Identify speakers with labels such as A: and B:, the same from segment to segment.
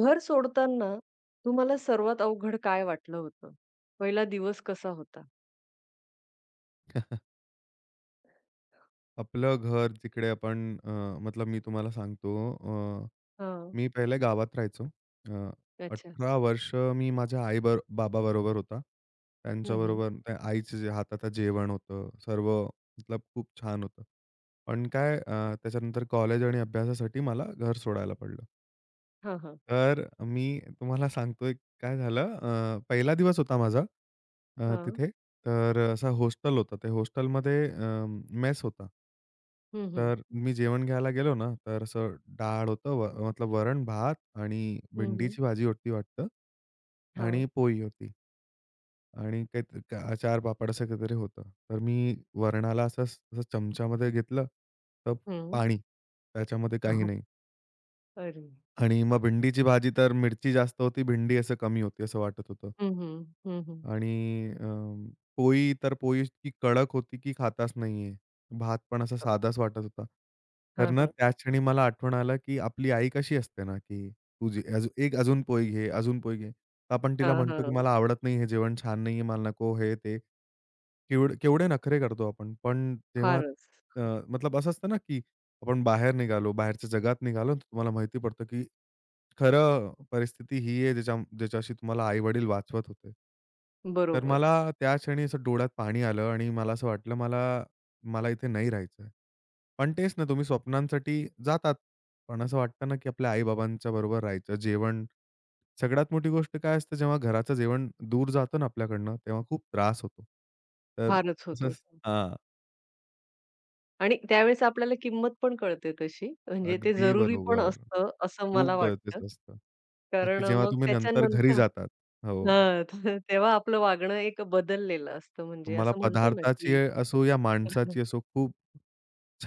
A: घर सोडताना तुम्हाला सर्वात अवघड काय वाटलं होतं? पहिला दिवस कसा होता?
B: आपलं घर जिकडे आपण मतलब मी तुम्हाला सांगतो. अ,
A: हां.
B: मी पहिले गावात राहायचो.
A: अच्छा.
B: 18 वर्ष मी माझ्या आई बाबाबरोबर होता.
A: हं, हं.
B: त्यांच्याबरोबर त्या आईच्या जे हाताचं जेवण होतं, सर्व मतलब खूप छान होतं. पण काय, त्याच्यानंतर कॉलेज आणि अभ्यासासाठी मला घर सोडायला पडलं.
A: हां, हां.
B: तर मी तुम्हाला सांगतोय काय झालं. पहिला दिवस होता माझा
A: हां.
B: तिथे. तर असं हॉस्टेल होतं. ते हॉस्टेलमध्ये मेस होता.
A: हं, हं.
B: तर मी जेवण घ्यायला गेलो ना, तर असं डाळ होतं व मतलब वरण-भात आणि
A: हं, हं.
B: भेंडीची भाजी होती वाटतं
A: हां.
B: आणि पोळी होती आणि काहीतरी अचार, पापड असं काहीतरी होतं. तर मी वरणाला असं असं चमच्यामध्ये घेतलं, तर
A: हं.
B: पाणी. त्याच्यामध्ये काही
A: हो.
B: नाही.
A: अरे!
B: आणि मग भेंडीची भाजी तर मिरची जास्त होती, भेंडी असं कमी होती असं वाटत होतं.
A: हं, हं. हं, हं.
B: आणि पोळी तर पोळी इतकी कडक होती की खाताच नाही आहे. भात पण असा साधाच वाटत होता. तर
A: हां,
B: ना
A: हां.
B: त्याच क्षणी मला आठवण आलं की आपली आई कशी असते ना, की तुझी अजून एक अजून पोळी घे, अजून पोळी घे. तर आपण तिला
A: हां,
B: म्हणतो की
A: हां.
B: मला आवडत नाही, हे जेवण छान नाही मला नको हे ते. केवढे केवढे नखरे करतो आपण. पण तेव्हा
A: फारच.
B: अ, मतलब असं असतं ना, की आपण बाहेर निघालो, बाहेरच्या जगात निघालो, तर तुम्हाला माहिती पडतं की खरं परिस्थिती ही आहे ज्याच्या ज्याच्याशी तुम्हाला आई-वडील वाचवत होते. तर
A: बरोबर.
B: मला त्या क्षणी असं डोळ्यात पाणी आलं आणि मला असं वाटलं, मला मला इथे नाही राहायचं आहे. पण तेच ना तुम्ही स्वप्नांसाठी जातात. पण असं वाटतं ना, की आपल्या आई-बाबांच्या बरोबर राहायचं. जेवण सगळ्यात मोठी गोष्ट काय असते जेव्हा घराचं जेवण दूर जातं ना आपल्याकडनं, तेव्हा खूप त्रास होतो. तर
A: फारच होतो.
B: असंच हां,
A: आणि त्यावेळेस आपल्याला किंमत पण कळते तशी. म्हणजे ते
B: अगदी
A: जरुरी पण
B: बरोबर.
A: असतं, असं
B: खूप
A: मला वाटतं.
B: गरजेचं असतं. कारण की
A: कारण
B: जेव्हा
A: मग
B: तुम्ही नंतर घरी
A: त्याच्यानंतर
B: जातात. हो.
A: हां, तर तेव्हा आपलं वागणं एक बदललेलं असतं. म्हणजे
B: तुम्हाला
A: असं म्हणतो ना,
B: पदार्थाची
A: की
B: असो या माणसाची असो, खूप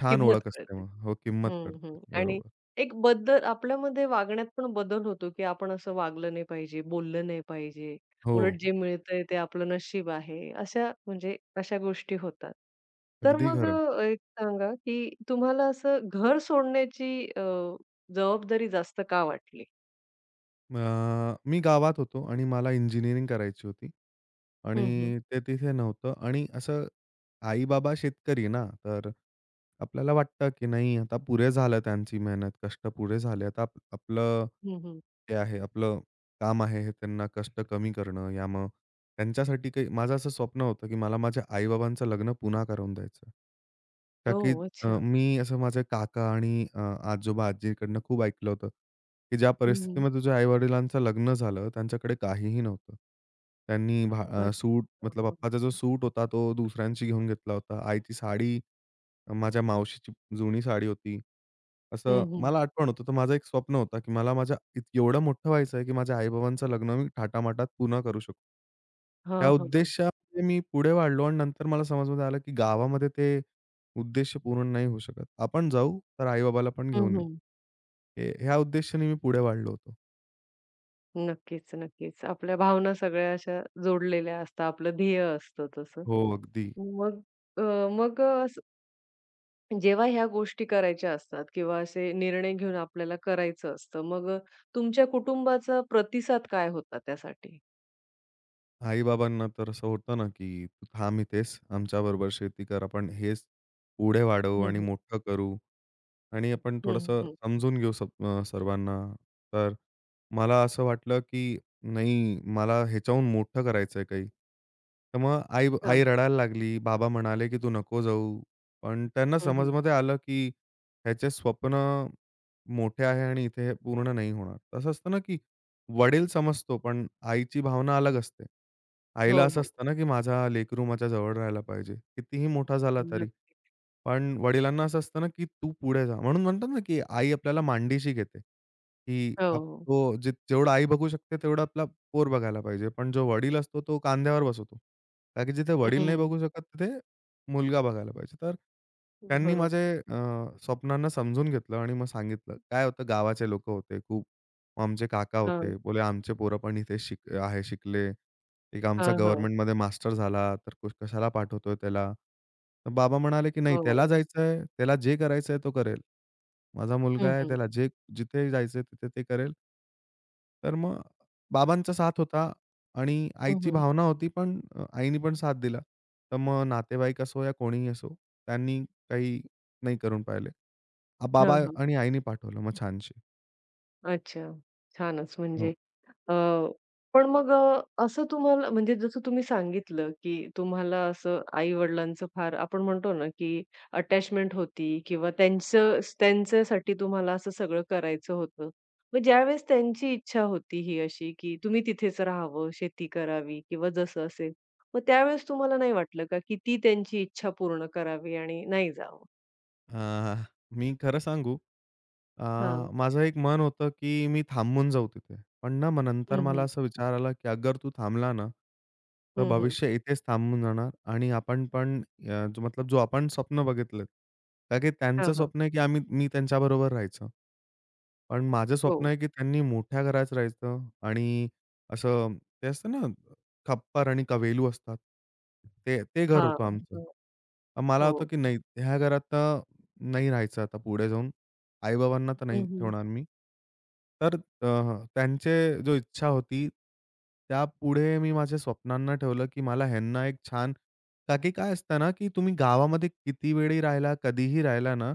B: छान
A: किंमत
B: ओळख असते
A: कळते.
B: मग. हो, किंमत
A: हं,
B: कळते.
A: हं. आणि
B: बरोबर.
A: एक बदल आपल्यामध्ये वागण्यात पण बदल होतो, की आपण असं वागलं नाही पाहिजे, बोललं नाही पाहिजे.
B: हो,
A: उलट जे मिळतंय ते आपलं नशीब आहे. अशा म्हणजे अशा गोष्टी होतात. तर
B: अगदी
A: मग
B: खरं.
A: एक सांगा, की तुम्हाला असं घर सोडण्याची जबाबदारी जास्त का वाटली?
B: अ, मी गावात होतो आणि मला इंजिनिअरिंग करायची होती
A: हं, हं.
B: आणि ते तिथे नव्हतं आणि असं आई-बाबा शेतकरी ना, तर आपल्याला वाटतं की नाही आता पुरे झालं त्यांची मेहनत, कष्ट पुरे झाले. आता आपलं
A: हं, हं.
B: ते आहे, आपलं काम आहे हे त्यांना कष्ट कमी करणं, या मग त्यांच्यासाठी काही माझं असं स्वप्न होतं, की मला माझ्या आई लग्न पुन्हा करवून द्यायचं. का की
A: ओह! अच्छा.
B: मी असं माझे काका आणि आजोबा-आजीकडनं खूप ऐकलं होतं, की ज्या
A: हं, हं.
B: परिस्थितीमध्ये तुझ्या आई-वडिलांचं लग्न झालं, त्यांच्याकडे काहीही नव्हतं. त्यांनी
A: अच्छा.
B: सूट मतलब
A: हं.
B: पप्पाचा जो सूट होता, तो दुसऱ्यांशी घेऊन घेतला होता. आईची साडी, माझ्या मावशीची जुनी साडी होती.
A: हं,
B: असं
A: हं.
B: मला आठवण होतं, तर माझं एक स्वप्न होता, की मला माझ्या एवढं मोठं व्हायचं आहे, की माझ्या आई-बाबांचं लग्न मी थाटामाटात पूर्ण करू शकू. त्या
A: हां, हां.
B: उद्देशाने मी पुढे वाढलो आणि नंतर मला समजमध्ये आलं, की गावामध्ये ते उद्देश पूर्ण नाही होऊ शकत. आपण जाऊ, तर आई पण घेऊन येऊ.
A: हं,
B: हे ह्या उद्देशाने मी पुढे वाढलो होतो.
A: नक्कीच, नक्कीच. आपल्या भावना सगळ्या अशा जोडलेल्या असतात. आपलं ध्येय असतं तसं.
B: हो, अगदी.
A: मग अ, मग असं जेव्हा ह्या गोष्टी करायच्या असतात किंवा असे निर्णय घेऊन आपल्याला करायचं असतं, मग तुमच्या कुटुंबाचा प्रतिसाद काय होता त्यासाठी?
B: आई-बाबांना तर असं होतं ना, की "तू थांब इथेच, आमच्याबरोबर शेती कर. आपण हेच पुढे वाढवू
A: हं,
B: आणि
A: हं.
B: मोठं करू." आणि आपण
A: हं,
B: थोडंसं
A: हं.
B: समजून घेऊ सर्वांना. तर मला असं वाटलं, की नाही मला ह्याच्याहून मोठं करायचंय काही. तर मग आई
A: हां.
B: आई रडायला लागली. बाबा म्हणाले, की "तू नको जाऊ." पण त्यांना
A: हं,
B: समजमध्ये आलं, की ह्याचे स्वप्न मोठे आहे आणि इथे हे पूर्ण नाही होणार. तसं असतं ना, की वडील समजतो, पण आईची भावना अलग असते. आईला
A: हो,
B: असं
A: हो.
B: असतं ना, की माझा लेकरू माझ्या जवळ राहायला पाहिजे. कितीही मोठा झाला तरी.
A: नक्क
B: पण वडिलांना असं असतं ना, की तू पुढे जा. म्हणून म्हणतात ना, की आई आपल्याला मांडीशी घेते, की
A: हो, हो.
B: तो जे जेवढं आई बघू शकते, तेवढं आपला पोर बघायला पाहिजे. पण जो वडील असतो, तो खांद्यावर बसवतो. कारण की जिथे वडील नाही
A: हं.
B: बघू शकत, तिथे मुलगा बघायला पाहिजे. तर त्यांनी
A: बरोबर.
B: माझे अ, स्वप्नांना समजून घेतलं आणि मग सांगितलं. काय होतं, गावाचे लोकं होते खूप. आमचे काका होते.
A: हां.
B: बोलले, "आमचे पोरं पण इथे शिकले." एक आमचा
A: हां, हां.
B: गव्हर्नमेंटमध्ये मास्टर झाला, तर कशाला पाठवतोय त्याला? तर बाबा म्हणाले, की "नाही
A: हो.
B: त्याला जायचंय, त्याला जे करायचंय तो करेल. माझा मुलगा
A: हं,
B: आहे,
A: हं.
B: त्याला जिथे जायचंय तिथे ते करेल." तर मग बाबांचा साथ होता आणि
A: हं,
B: आईची
A: हं.
B: भावना होती, पण आईनी पण साथ दिला. तर मग नातेवाईक असो या कोणीही असो, त्यांनी काही नाही करून पाहिले.
A: हां,
B: बाबा
A: हां.
B: आणि आईनी पाठवलं मग छानशी.
A: अच्छा. छानच
B: हो.
A: म्हणजे अ, पण मग असं तुम्हाला म्हणजे जसं तुम्ही सांगितलं, की तुम्हाला असं आई-वडिलांचं फार आपण म्हणतो ना, की अटॅचमेंट होती किंवा त्यांचं त्यांच्यासाठी तुम्हाला असं सगळं करायचं होतं. मग ज्यावेळेस त्यांची इच्छा होती ही अशी, की तुम्ही तिथेच राहावं, शेती करावी किंवा जसं असेल. मग त्यावेळेस तुम्हाला नाही वाटलं का, की ती त्यांची इच्छा पूर्ण करावी आणि नाही जावं?
B: अ, मी खरं सांगू. अ,
A: हां.
B: माझं एक मन होतं, की मी थांबून जाऊ तिथे. पण ना मग नंतर
A: हं,
B: मला
A: हं.
B: असा विचार आला, की अगर तू थांबला ना, तर
A: हं, हं.
B: भविष्य इथेच थांबून जाणार आणि आपण पण, मतलब जो आपण स्वप्न बघितलेत. का की त्यांचं
A: हां, हां.
B: स्वप्न आहे, की मी त्यांच्याबरोबर राहायचं. पण माझं स्वप्न
A: हो.
B: आहे, की त्यांनी मोठ्या घरात राहायचं आणि असं ते असतं ना, खप्पर आणि कवेलू असतात. ते ते घर
A: हां,
B: होतं आमचं.
A: हां.
B: मला
A: हो.
B: होतं, की नाही ह्या घरात तर नाही राहायचं आता पुढे जाऊन. आई-बाबांना तर नाही
A: हं, हं.
B: ठेवणार मी. तर त्यांचे जो इच्छा होती, त्यापुढे मी माझ्या स्वप्नांना ठेवलं, की मला ह्यांना एक छान. का की काय असतं ना, की तुम्ही गावामध्ये किती वेळही राहिला, कधीही राहिला ना,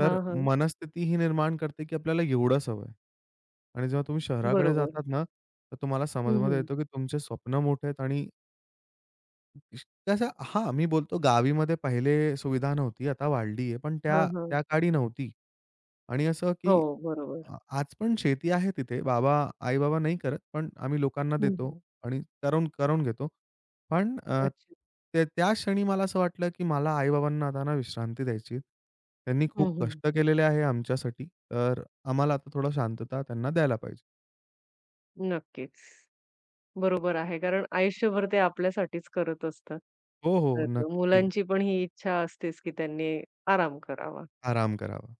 B: तर
A: हां, हां.
B: मनस्थिती ही निर्माण करते, की आपल्याला एवढंच हवंय. आणि जेव्हा तुम्ही शहराकडे
A: बरोबर.
B: जातात ना, तर तुम्हाला
A: हं,
B: समजमध्ये
A: हं.
B: येतो, की तुमचे स्वप्न मोठे आहेत आणि कसं हां, मी बोलतो गावीमध्ये पहिले सुविधा नव्हती, आता वाढली आहे, पण
A: हां,
B: त्या
A: हां.
B: त्या काळी नव्हती. आणि असं
A: हो,
B: की
A: बरोबर.
B: आज पण शेती आहे तिथे. आई-बाबा नाही करत, पण आम्ही लोकांना
A: हं,
B: देतो
A: हं.
B: आणि करून करवून घेतो. पण
A: अच्छा.
B: त्या त्या क्षणी मला असं वाटलं, की मला आई आता ना विश्रांती द्यायची. त्यांनी
A: हं,
B: खूप
A: हं.
B: कष्ट केलेले आहे आमच्यासाठी, तर आम्हाला आता थोडं शांतता त्यांना द्यायला पाहिजे.
A: नक्कीच. बरोबर आहे. कारण आयुष्यभर ते आपल्यासाठीच करत असतात.
B: हो, हो.
A: तर
B: नक्की.
A: मुलांची पण ही इच्छा असतेच, की त्यांनी आराम करावा.
B: आराम करावा.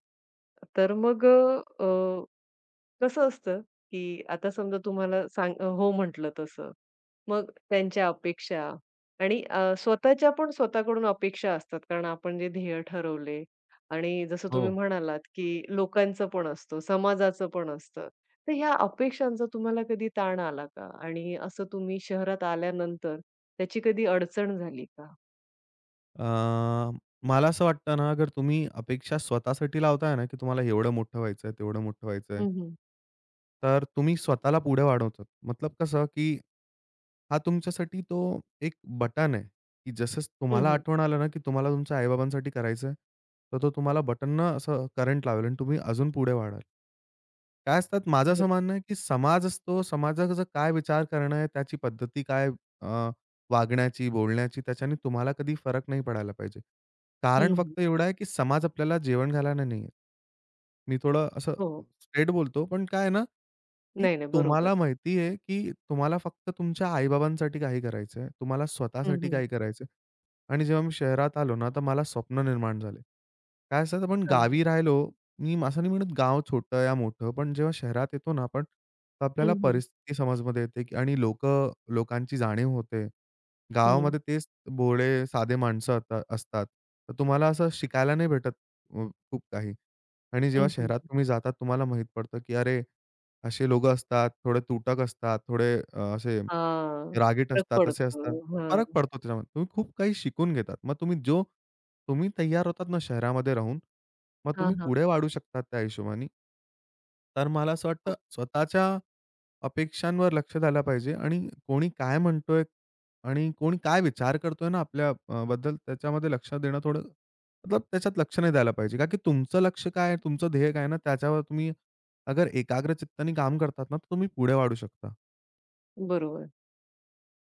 A: तर मग अ, अ, कसं असतं, की आता समजा तुम्हाला सांग हो म्हटलं तसं. मग त्यांच्या अपेक्षा आणि स्वतःच्या पण स्वतःकडून अपेक्षा असतात. कारण आपण जे ध्येय ठरवले आणि जसं तुम्ही
B: हो.
A: म्हणालात, की लोकांचं पण असतं, समाजाचं पण असतं. तर ह्या अपेक्षांचा तुम्हाला कधी ताण आला का? आणि असं तुम्ही शहरात आल्यानंतर त्याची कधी अडचण झाली का?
B: अ, मला असं वाटतं ना, अगर तुम्ही अपेक्षा स्वतःसाठी लावताय ना, की तुम्हाला एवढं मोठं व्हायचंय, तेवढं मोठं व्हायचंय
A: हं, हं.
B: तर तुम्ही स्वतःला पुढे वाढवतात. मतलब कसं, की हा तुमच्यासाठी तो एक बटन आहे, की जसंच
A: हं,
B: तुम्हाला
A: हं.
B: आठवण आलं ना, की तुम्हाला तुमच्या आई-बाबांसाठी करायचंय, तर तो तुम्हाला बटननं असं करंट लावेल आणि तुम्ही अजून पुढे वाढाल. काय असतात माझं असं
A: बरं.
B: मानणं आहे, की समाज असतो. समाजाचा काय विचार करणं आहे, त्याची पद्धती काय, अ, वागण्याची, बोलण्याची, त्याच्याने तुम्हाला कधी फरक नाही पडायला पाहिजे.
A: हं,
B: कारण
A: हं.
B: फक्त एवढं आहे, की समाज आपल्याला जेवण घालायला नाही आहे. मी थोडं असं
A: हो.
B: स्ट्रेट बोलतो, पण काय आहे ना, की
A: नाही, नाही. बरोबर.
B: तुम्हाला माहिती आहे, की तुम्हाला फक्त तुमच्या आई काही करायचं आहे. तुम्हाला
A: हं,
B: स्वतःसाठी
A: हं.
B: काही करायचं आणि जेव्हा मी शहरात आलो ना, तर मला स्वप्न निर्माण झाले. काय असतं, आपण
A: हां.
B: गावी राहिलो. मी असं नाही म्हणत गाव छोटं या मोठं, पण जेव्हा शहरात येतो ना आपण, तर आपल्याला
A: हं, हं.
B: परिस्थिती समजमध्ये येते की आणि लोकं लोकांची जाणीव होते.
A: हं.
B: गावामध्ये तेच भोळे, साधे माणसं अता असतात. तर तुम्हाला असं शिकायला नाही भेटत, खूप काही. आणि जेव्हा
A: हं, हं.
B: शहरात तुम्ही जातात तुम्हाला माहीत पडतं की अरे, असे लोकं असतात, थोडे तुटक असतात, थोडे असे
A: हां.
B: रागीट
A: फरक
B: असतात, असे असतात.
A: पडतो.
B: फरक
A: हां.
B: पडतो त्याच्यामध्ये. तुम्ही खूप काही शिकून घेतात. मग तुम्ही तयार होतात ना शहरामध्ये राहून मग
A: हां,
B: तुम्ही
A: हां.
B: पुढे वाढू शकतात त्या हिशोबाने. तर मला असं वाटतं स्वतःच्या अपेक्षांवर लक्ष द्यायला पाहिजे आणि कोणी काय म्हणतोय आणि कोणी काय विचार करतोय ना आपल्या बद्दल त्याच्यामध्ये लक्ष देणं थोडं मतलब त्याच्यात लक्ष नाही द्यायला पाहिजे. का की तुमचं लक्ष काय आहे, तुमचं ध्येय काय आहे ना, त्याच्यावर तुम्ही अगर एकाग्र चित्ताने काम करतात ना, तर तुम्ही पुढे वाढू शकता.
A: बरोबर.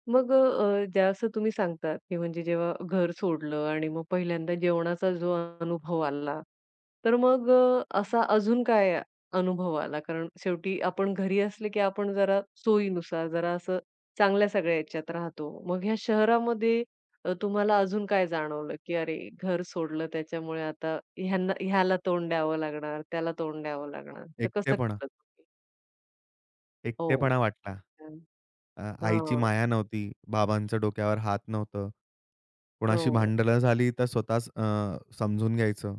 A: मग जसं तुम्ही सांगतात, की म्हणजे जेव्हा घर सोडलं आणि मग पहिल्यांदा जेवणाचा जो अनुभव आला, तर मग असा अजून काय अनुभव आला? कारण शेवटी आपण घरी असले, की आपण जरा सोयीनुसार, जरा असं चांगल्या सगळ्या ह्याच्यात राहतो. मग ह्या शहरामध्ये तुम्हाला अजून काय जाणवलं, की अरे घर सोडलं त्याच्यामुळे आता ह्यांना ह्याला तोंड द्यावं लागणार, त्याला तोंड द्यावं लागणार. तर कसं
B: एकटेपणा,
A: केलं तुम्ही? हो.
B: एकटेपणा वाटला.
A: हं.
B: आईची माया नव्हती, बाबांचं डोक्यावर हात नव्हतं. कोणाशी
A: हो.
B: भांडणं झाली तर स्वतःच समजून घ्यायचं.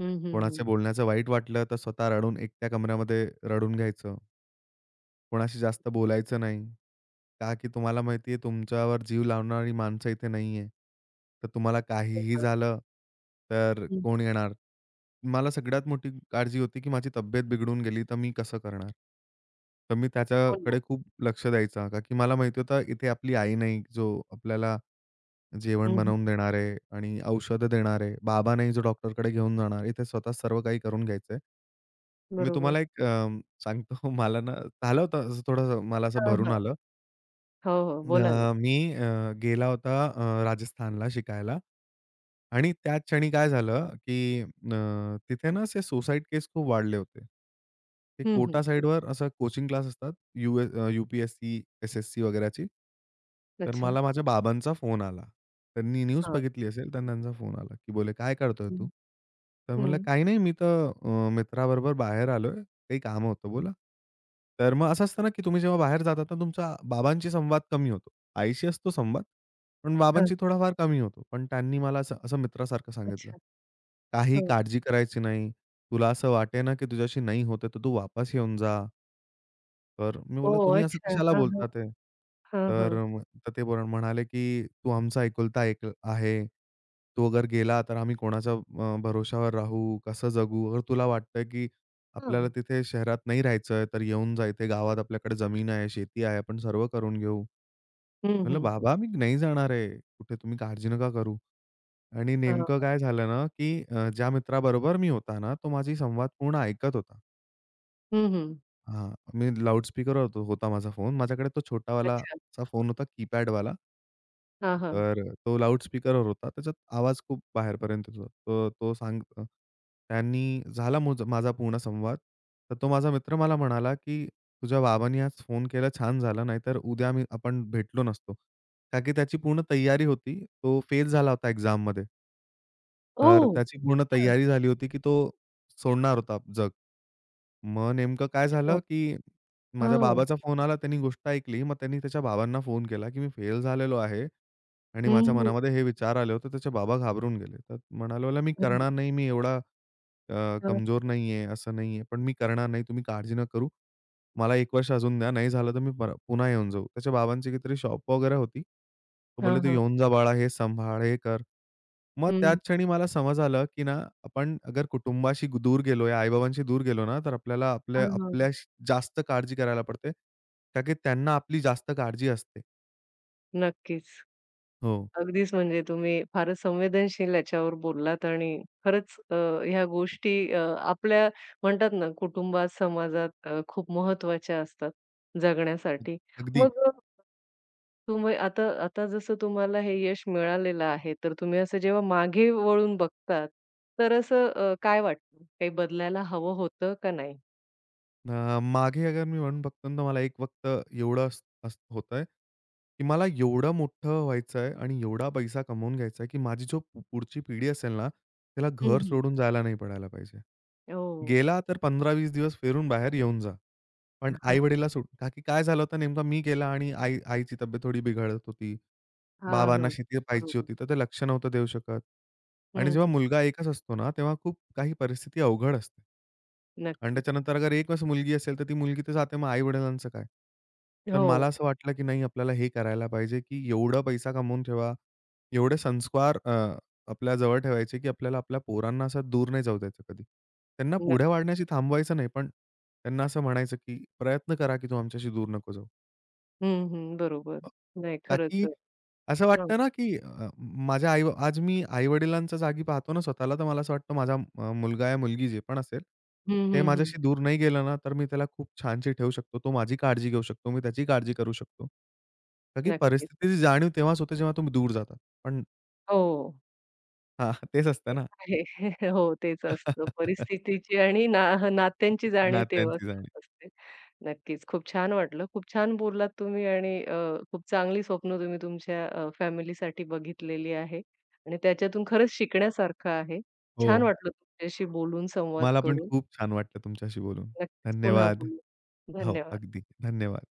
A: हं,
B: कोणाच्या
A: हं,
B: बोलण्याचं वाईट वाटलं तर स्वतः रडून एकट्या कमऱ्यामध्ये रडून घ्यायचं. कोणाशी जास्त बोलायचं नाही. का की तुम्हाला माहिती आहे तुमच्यावर जीव लावणारी माणसं इथे नाहीये. तर तुम्हाला काहीही झालं, तर
A: हं.
B: कोण येणार? मला सगळ्यात मोठी काळजी होती, की माझी तब्येत बिघडून गेली तर मी कसं करणार? तर मी
A: हो ना.
B: त्याच्याकडे खूप लक्ष द्यायचा. का की मला माहिती होतं इथे आपली आई नाही, जो आपल्याला जेवण
A: हं, हं.
B: बनवून देणार आहे आणि औषधं देणार आहे. बाबा नाही, जो डॉक्टरकडे घेऊन जाणार. इथे स्वतः सर्व काही करून घ्यायचं. मी
A: बरोबर.
B: तुम्हाला एक सांगतो. मला ना झालं होतं असं थोडंसं, मला असं
A: हां,
B: भरून
A: हां.
B: आलं.
A: हो, हो. बोला ना.
B: मी गेला होता राजस्थानला शिकायला आणि त्या क्षणी काय झालं, की तिथे ना असे सुसाईड केस खूप वाढले होते. ते
A: हं, हं.
B: कोटा
A: हं.
B: साइडवर असं कोचिंग क्लास असतात UPSC, SSC वगैरेची. तर
A: अच्छा.
B: मला माझ्या बाबांचा फोन आला. त्यांनी न्यूज
A: हां.
B: बघितली असेल, तर त्यांचा फोन आला, की बोलले, "काय करतोय तू?"
A: हं,
B: तर
A: हं.
B: म्हटलं, "काही नाही, मी तर मित्राबरोबर बाहेर आलोय." काही काम होतं बोला.
A: हं.
B: तर मग असं असतं ना, की तुम्ही जेव्हा बाहेर जाता तर तुमचा बाबांशी संवाद कमी होतो. आईशी असतो संवाद, पण
A: हां.
B: बाबांशी थोडाफार कमी होतो. पण त्यांनी मला असं असं मित्रासारखं सांगितलं,
A: अच्छा.
B: "काही
A: हो.
B: काळजी करायची नाही. तुला असं वाटे ना, की तुझ्याशी नाही होत आहे, तर तू वापस येऊन जा. तर मी बोलला,
A: ओह!
B: "तुम्ही असं
A: अच्छा.
B: कशाला
A: हां, हां.
B: बोलता ते?"
A: हां, हां.
B: तर मग तर ते बोल म्हणाले, की "तू आमचा एकुलता एक आहे. तू अगर गेला तर आम्ही कोणाच्या भरोशावर राहू, कसं जगू? अगर तुला वाटतं, की आपल्याला
A: हां.
B: तिथे शहरात नाही राहायचंय, तर येऊन जा इथे गावात. आपल्याकडे जमीन आहे, शेती आहे. आपण सर्व करून घेऊ."
A: हं,
B: म्हटलं,
A: हं, हं.
B: "बाबा मी नाही जाणार आहे. कुठे तुम्ही काळजी नका करू." आणि
A: हां,
B: नेमकं
A: हां.
B: काय झालं ना, की ज्या मित्राबरोबर मी होता ना, तो माझी संवाद पूर्ण ऐकत होता.
A: हं, हं.
B: हां, मी लाउड स्पीकरवर होता माझा फोन. माझ्याकडे तो
A: अच्छा.
B: छोटावालाचा फोन होता कीपॅडवाला.
A: हां, हां.
B: तर तो लाउड होता. त्याच्यात आवाज खूप बाहेरपर्यंत येत होता. तो तो सांग त्यांनी झाला माझा पूर्ण संवाद. तर तो माझा मित्र मला म्हणाला, की "तुझ्या बाबांनी आज फोन केला छान झालं, नाहीतर उद्या आपण भेटलो नसतो." का की त्याची पूर्ण तयारी होती. तो फेल झाला होता एक्झाममध्ये. तर
A: ओह!
B: त्याची पूर्ण
A: हां.
B: तयारी झाली होती, की तो सोडणार होता जग. मग नेमकं काय
A: अच्छा.
B: झालं, की माझ्या
A: हां.
B: बाबाचा फोन आला. त्यांनी गोष्ट ऐकली. मग त्यांनी त्याच्या बाबांना फोन केला, की मी फेल झालेलो आहे आणि
A: हं,
B: माझ्या
A: हं.
B: मनामध्ये हे विचार आले होते. त्याचे बाबा घाबरून गेले. तर म्हणाले, मी
A: अरे!
B: करणार नाही. मी एवढा
A: हां.
B: कमजोर नाहीये, असं नाहीये, पण मी करणार नाही. तुम्ही काळजी नका करू. मला 1 वर्ष अजून द्या. नाही झालं तर मी पुन्हा येऊन जाऊ. त्याच्या बाबांची काहीतरी शॉप वगैरे होती. ते बोलले,
A: हां,
B: "तू
A: हां.
B: येऊन जा बाळा, हे सांभाळ, हे कर." मग त्याच
A: हं.
B: क्षणी मला समज आलं, की ना आपण अगर कुटुंबाशी दूर गेलो या आई दूर गेलो ना, तर आपल्याला आपल्या
A: हां, हां.
B: आपल्या जास्त काळजी करायला पडते. कारण की त्यांना आपली जास्त काळजी असते.
A: नक्कीच.
B: हो.
A: अगदीच म्हणजे तुम्ही फारच संवेदनशील याच्यावर बोललात आणि खरंच ह्या गोष्टी आपल्या म्हणतात ना कुटुंबात, समाजात खूप महत्त्वाच्या असतात जगण्यासाठी.
B: अगदी.
A: मग तुम्ही आता आता जसं तुम्हाला हे यश मिळालेलं आहे, तर तुम्ही असं जेव्हा मागे वळून बघतात, तर असं काय वाटतं? काही बदलायला हवं होतं का नाही?
B: मागे अगर मी म्हणून बघतो ना, तर मला एक वक्त एवढं अस अस होतंय, की मला एवढं मोठं व्हायचं आहे आणि एवढा पैसा कमवून घ्यायचा आहे, की माझी जो पुढची पिढी असेल ना, तिला
A: हं,
B: घर
A: हं.
B: सोडून जायला नाही पडायला पाहिजे.
A: हो.
B: गेला तर 15-20 दिवस फिरून बाहेर येऊन जा. पण आई-वडिलांना सोडून का की काय झालं होतं नेमकं मी गेला आणि आईची तब्येत थोडी बिघडत होती.
A: हां,
B: बाबांना
A: हां.
B: शेती पाहायची
A: बरोबर.
B: होती, तर ते लक्ष नव्हतं देऊ शकत. आणि
A: हं,
B: जेव्हा
A: हं.
B: मुलगा एकच असतो ना, तेव्हा खूप काही परिस्थिती अवघड असते. आणि
A: नक्कीच.
B: त्याच्यानंतर अगर एकच मुलगी असेल, तर ती मुलगी तर जाते, मग आई-वडिलांचं काय? तर
A: हो.
B: मला असं वाटलं, की नाही आपल्याला हे करायला पाहिजे, की एवढा पैसा कमवून ठेवा, एवढे संस्कार, आपल्या जवळ ठेवायचे, की आपल्याला आपल्या पोरांना असं दूर नाही जाऊ द्यायचं कधी. त्यांना पुढे वाढण्याची थांबवायचं नाही, पण त्यांना असं म्हणायचं, की प्रयत्न करा, की तू आमच्याशी दूर नको जाऊ.
A: हं, हं. बरोबर. नाही खरंच.
B: ताकी असं
A: हं,
B: वाटतं ना, की माझ्या आई आज मी आई-वडिलांच्या जागी पाहतो ना स्वतःला, तर मला असं वाटतं माझा मुलगा या मुलगी जे पण असेल,
A: हं,
B: ते
A: हं, हं.
B: माझ्याशी दूर नाही गेलं ना, तर मी त्याला खूप छानशी ठेवू शकतो. तो माझी काळजी घेऊ शकतो, मी त्याची काळजी करू शकतो. का की
A: नक्कीच.
B: परिस्थितीची जाणीव तेव्हाच होते, जेव्हा तुम्ही दूर जातात. पण
A: हो.
B: हां, तेच असतं
A: ते
B: ना.
A: आहे. हो, तेच असतं. परिस्थितीची आणि ना नात्यांची जाणीव तेव्हाच
B: नात्यांची जाणीव.
A: होत असते. नक्कीच. खूप छान वाटलं. खूप छान बोललात तुम्ही आणि खूप चांगली स्वप्न तुम्ही तुमच्या फॅमिलीसाठी बघितलेली आहे आणि त्याच्यातून खरंच शिकण्यासारखं आहे.
B: हो,
A: छान वाटलं तुमच्याशी बोलून, संवाद
B: मला पण
A: करून.
B: खूप छान वाटलं तुमच्याशी बोलून.
A: नक्कीच पुन्हा
B: धन्यवाद.
A: बोलू.
B: हो,
A: धन्यवाद.
B: अगदी. धन्यवाद.